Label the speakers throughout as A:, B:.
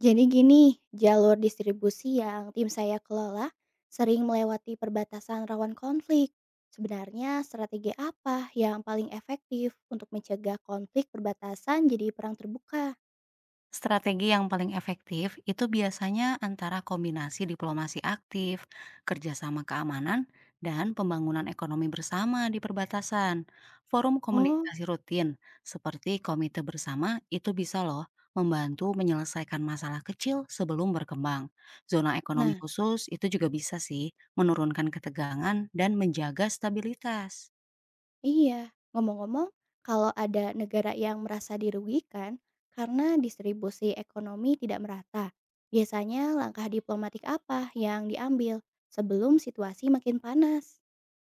A: Jadi gini, jalur distribusi yang tim saya kelola sering melewati perbatasan rawan konflik. Sebenarnya strategi apa yang paling efektif untuk mencegah konflik perbatasan jadi perang terbuka?
B: Strategi yang paling efektif itu biasanya antara kombinasi diplomasi aktif, kerjasama keamanan, dan pembangunan ekonomi bersama di perbatasan. Forum
A: Oh,
B: komunikasi rutin seperti komite bersama itu bisa loh membantu menyelesaikan masalah kecil sebelum berkembang. Zona ekonomi
A: nah,
B: khusus itu juga bisa sih menurunkan ketegangan dan menjaga stabilitas.
A: iya. Ngomong-ngomong, kalau ada negara yang merasa dirugikan karena distribusi ekonomi tidak merata, biasanya langkah diplomatik apa yang diambil sebelum situasi makin panas?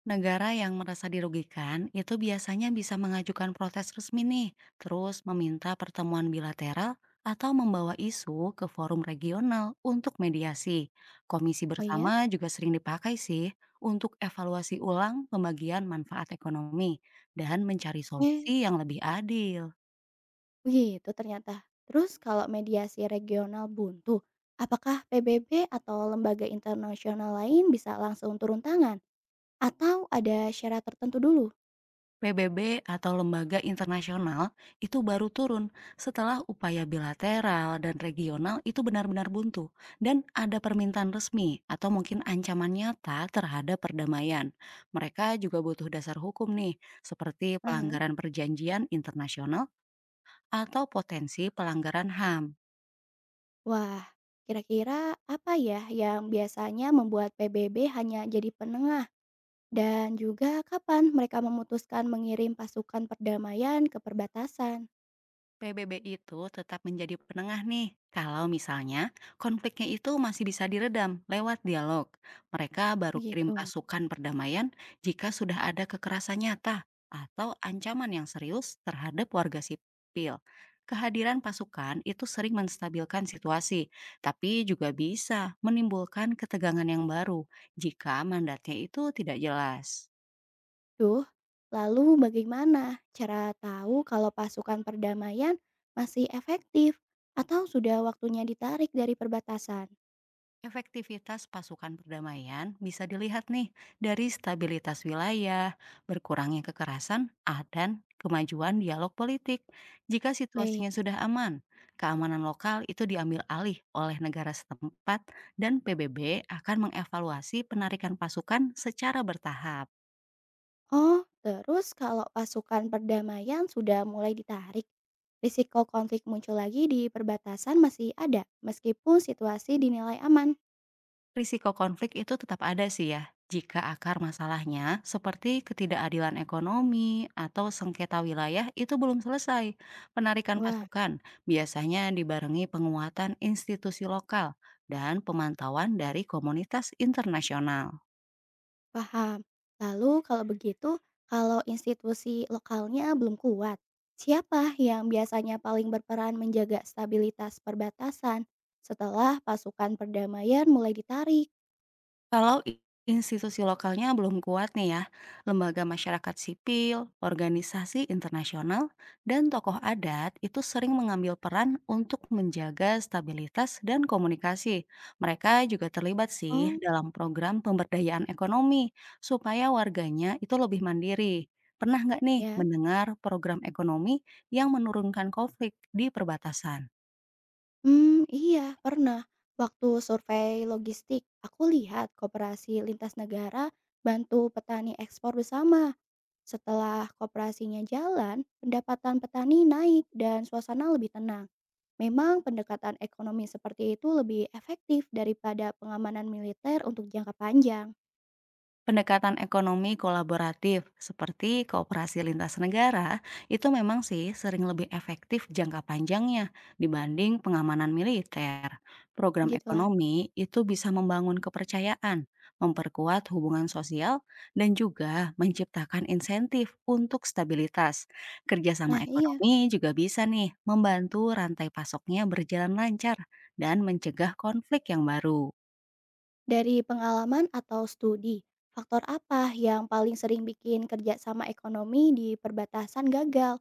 B: Negara yang merasa dirugikan itu biasanya bisa mengajukan protes resmi nih, terus meminta pertemuan bilateral atau membawa isu ke forum regional untuk mediasi. Komisi
A: Oh iya?
B: bersama juga sering dipakai sih untuk evaluasi ulang pembagian manfaat ekonomi dan mencari
A: Eh,
B: solusi yang lebih adil.
A: begitu ternyata. Terus kalau mediasi regional buntu, apakah PBB atau lembaga internasional lain bisa langsung turun tangan? Atau ada syarat tertentu dulu?
B: PBB atau lembaga internasional itu baru turun setelah upaya bilateral dan regional itu benar-benar buntu dan ada permintaan resmi atau mungkin ancaman nyata terhadap perdamaian. Mereka juga butuh dasar hukum nih, seperti
A: Aha.
B: pelanggaran perjanjian internasional atau potensi pelanggaran HAM.
A: Wah, kira-kira apa ya yang biasanya membuat PBB hanya jadi penengah? Dan juga kapan mereka memutuskan mengirim pasukan perdamaian ke perbatasan?
B: PBB itu tetap menjadi penengah nih, kalau misalnya konfliknya itu masih bisa diredam lewat dialog. Mereka baru kirim
A: Begitu.
B: pasukan perdamaian jika sudah ada kekerasan nyata atau ancaman yang serius terhadap warga sipil. Kehadiran pasukan itu sering menstabilkan situasi, tapi juga bisa menimbulkan ketegangan yang baru jika mandatnya itu tidak jelas.
A: Duh, lalu bagaimana cara tahu kalau pasukan perdamaian masih efektif atau sudah waktunya ditarik dari perbatasan?
B: Efektivitas pasukan perdamaian bisa dilihat nih dari stabilitas wilayah, berkurangnya kekerasan, dan kemajuan dialog politik. Jika
A: Baik.
B: situasinya sudah aman, keamanan lokal itu diambil alih oleh negara setempat dan PBB akan mengevaluasi penarikan pasukan secara bertahap.
A: Oh, terus kalau pasukan perdamaian sudah mulai ditarik, risiko konflik muncul lagi di perbatasan masih ada meskipun situasi dinilai aman.
B: Risiko konflik itu tetap ada sih ya, jika akar masalahnya seperti ketidakadilan ekonomi atau sengketa wilayah itu belum selesai. Penarikan
A: Wah,
B: pasukan biasanya dibarengi penguatan institusi lokal dan pemantauan dari komunitas internasional.
A: paham. Lalu kalau begitu, kalau institusi lokalnya belum kuat, siapa yang biasanya paling berperan menjaga stabilitas perbatasan setelah pasukan perdamaian mulai ditarik?
B: Kalau institusi lokalnya belum kuat nih ya, lembaga masyarakat sipil, organisasi internasional, dan tokoh adat itu sering mengambil peran untuk menjaga stabilitas dan komunikasi. Mereka juga terlibat sih
A: Oh,
B: dalam program pemberdayaan ekonomi supaya warganya itu lebih mandiri. Pernah nggak nih
A: ya,
B: mendengar program ekonomi yang menurunkan konflik di perbatasan?
A: hmm, iya pernah. Waktu survei logistik, aku lihat koperasi lintas negara bantu petani ekspor bersama. Setelah koperasinya jalan, pendapatan petani naik dan suasana lebih tenang. Memang pendekatan ekonomi seperti itu lebih efektif daripada pengamanan militer untuk jangka panjang,
B: Pendekatan ekonomi kolaboratif seperti kooperasi lintas negara itu memang sih sering lebih efektif jangka panjangnya dibanding pengamanan militer. Program
A: begitulah.
B: ekonomi itu bisa membangun kepercayaan, memperkuat hubungan sosial, dan juga menciptakan insentif untuk stabilitas. Kerjasama
A: Nah iya,
B: ekonomi juga bisa nih membantu rantai pasoknya berjalan lancar dan mencegah konflik yang baru.
A: dari pengalaman atau studi, faktor apa yang paling sering bikin kerjasama ekonomi di perbatasan gagal?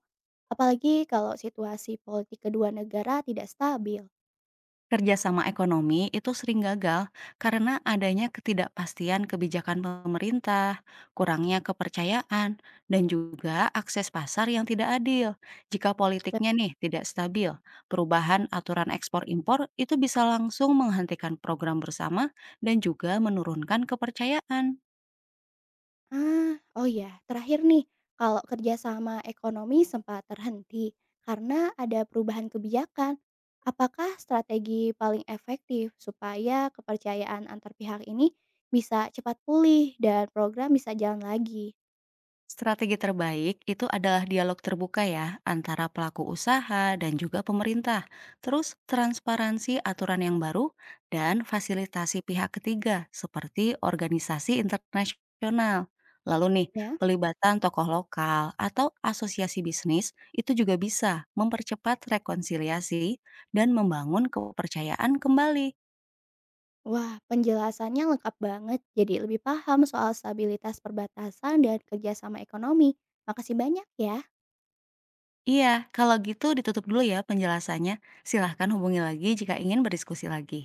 A: Apalagi kalau situasi politik kedua negara tidak stabil.
B: Kerjasama ekonomi itu sering gagal karena adanya ketidakpastian kebijakan pemerintah, kurangnya kepercayaan, dan juga akses pasar yang tidak adil. Jika politiknya nih tidak stabil, perubahan aturan ekspor-impor itu bisa langsung menghentikan program bersama dan juga menurunkan kepercayaan.
A: Ah, oh ya, terakhir nih, kalau kerjasama ekonomi sempat terhenti karena ada perubahan kebijakan, apakah strategi paling efektif supaya kepercayaan antar pihak ini bisa cepat pulih dan program bisa jalan lagi?
B: Strategi terbaik itu adalah dialog terbuka ya antara pelaku usaha dan juga pemerintah. Terus transparansi aturan yang baru dan fasilitasi pihak ketiga seperti organisasi internasional. Lalu nih,
A: Ya,
B: pelibatan tokoh lokal atau asosiasi bisnis itu juga bisa mempercepat rekonsiliasi dan membangun kepercayaan kembali.
A: wah, penjelasannya lengkap banget, jadi lebih paham soal stabilitas perbatasan dan kerjasama ekonomi. Makasih banyak ya.
B: Iya, kalau gitu ditutup dulu ya penjelasannya. Silahkan hubungi lagi jika ingin berdiskusi lagi.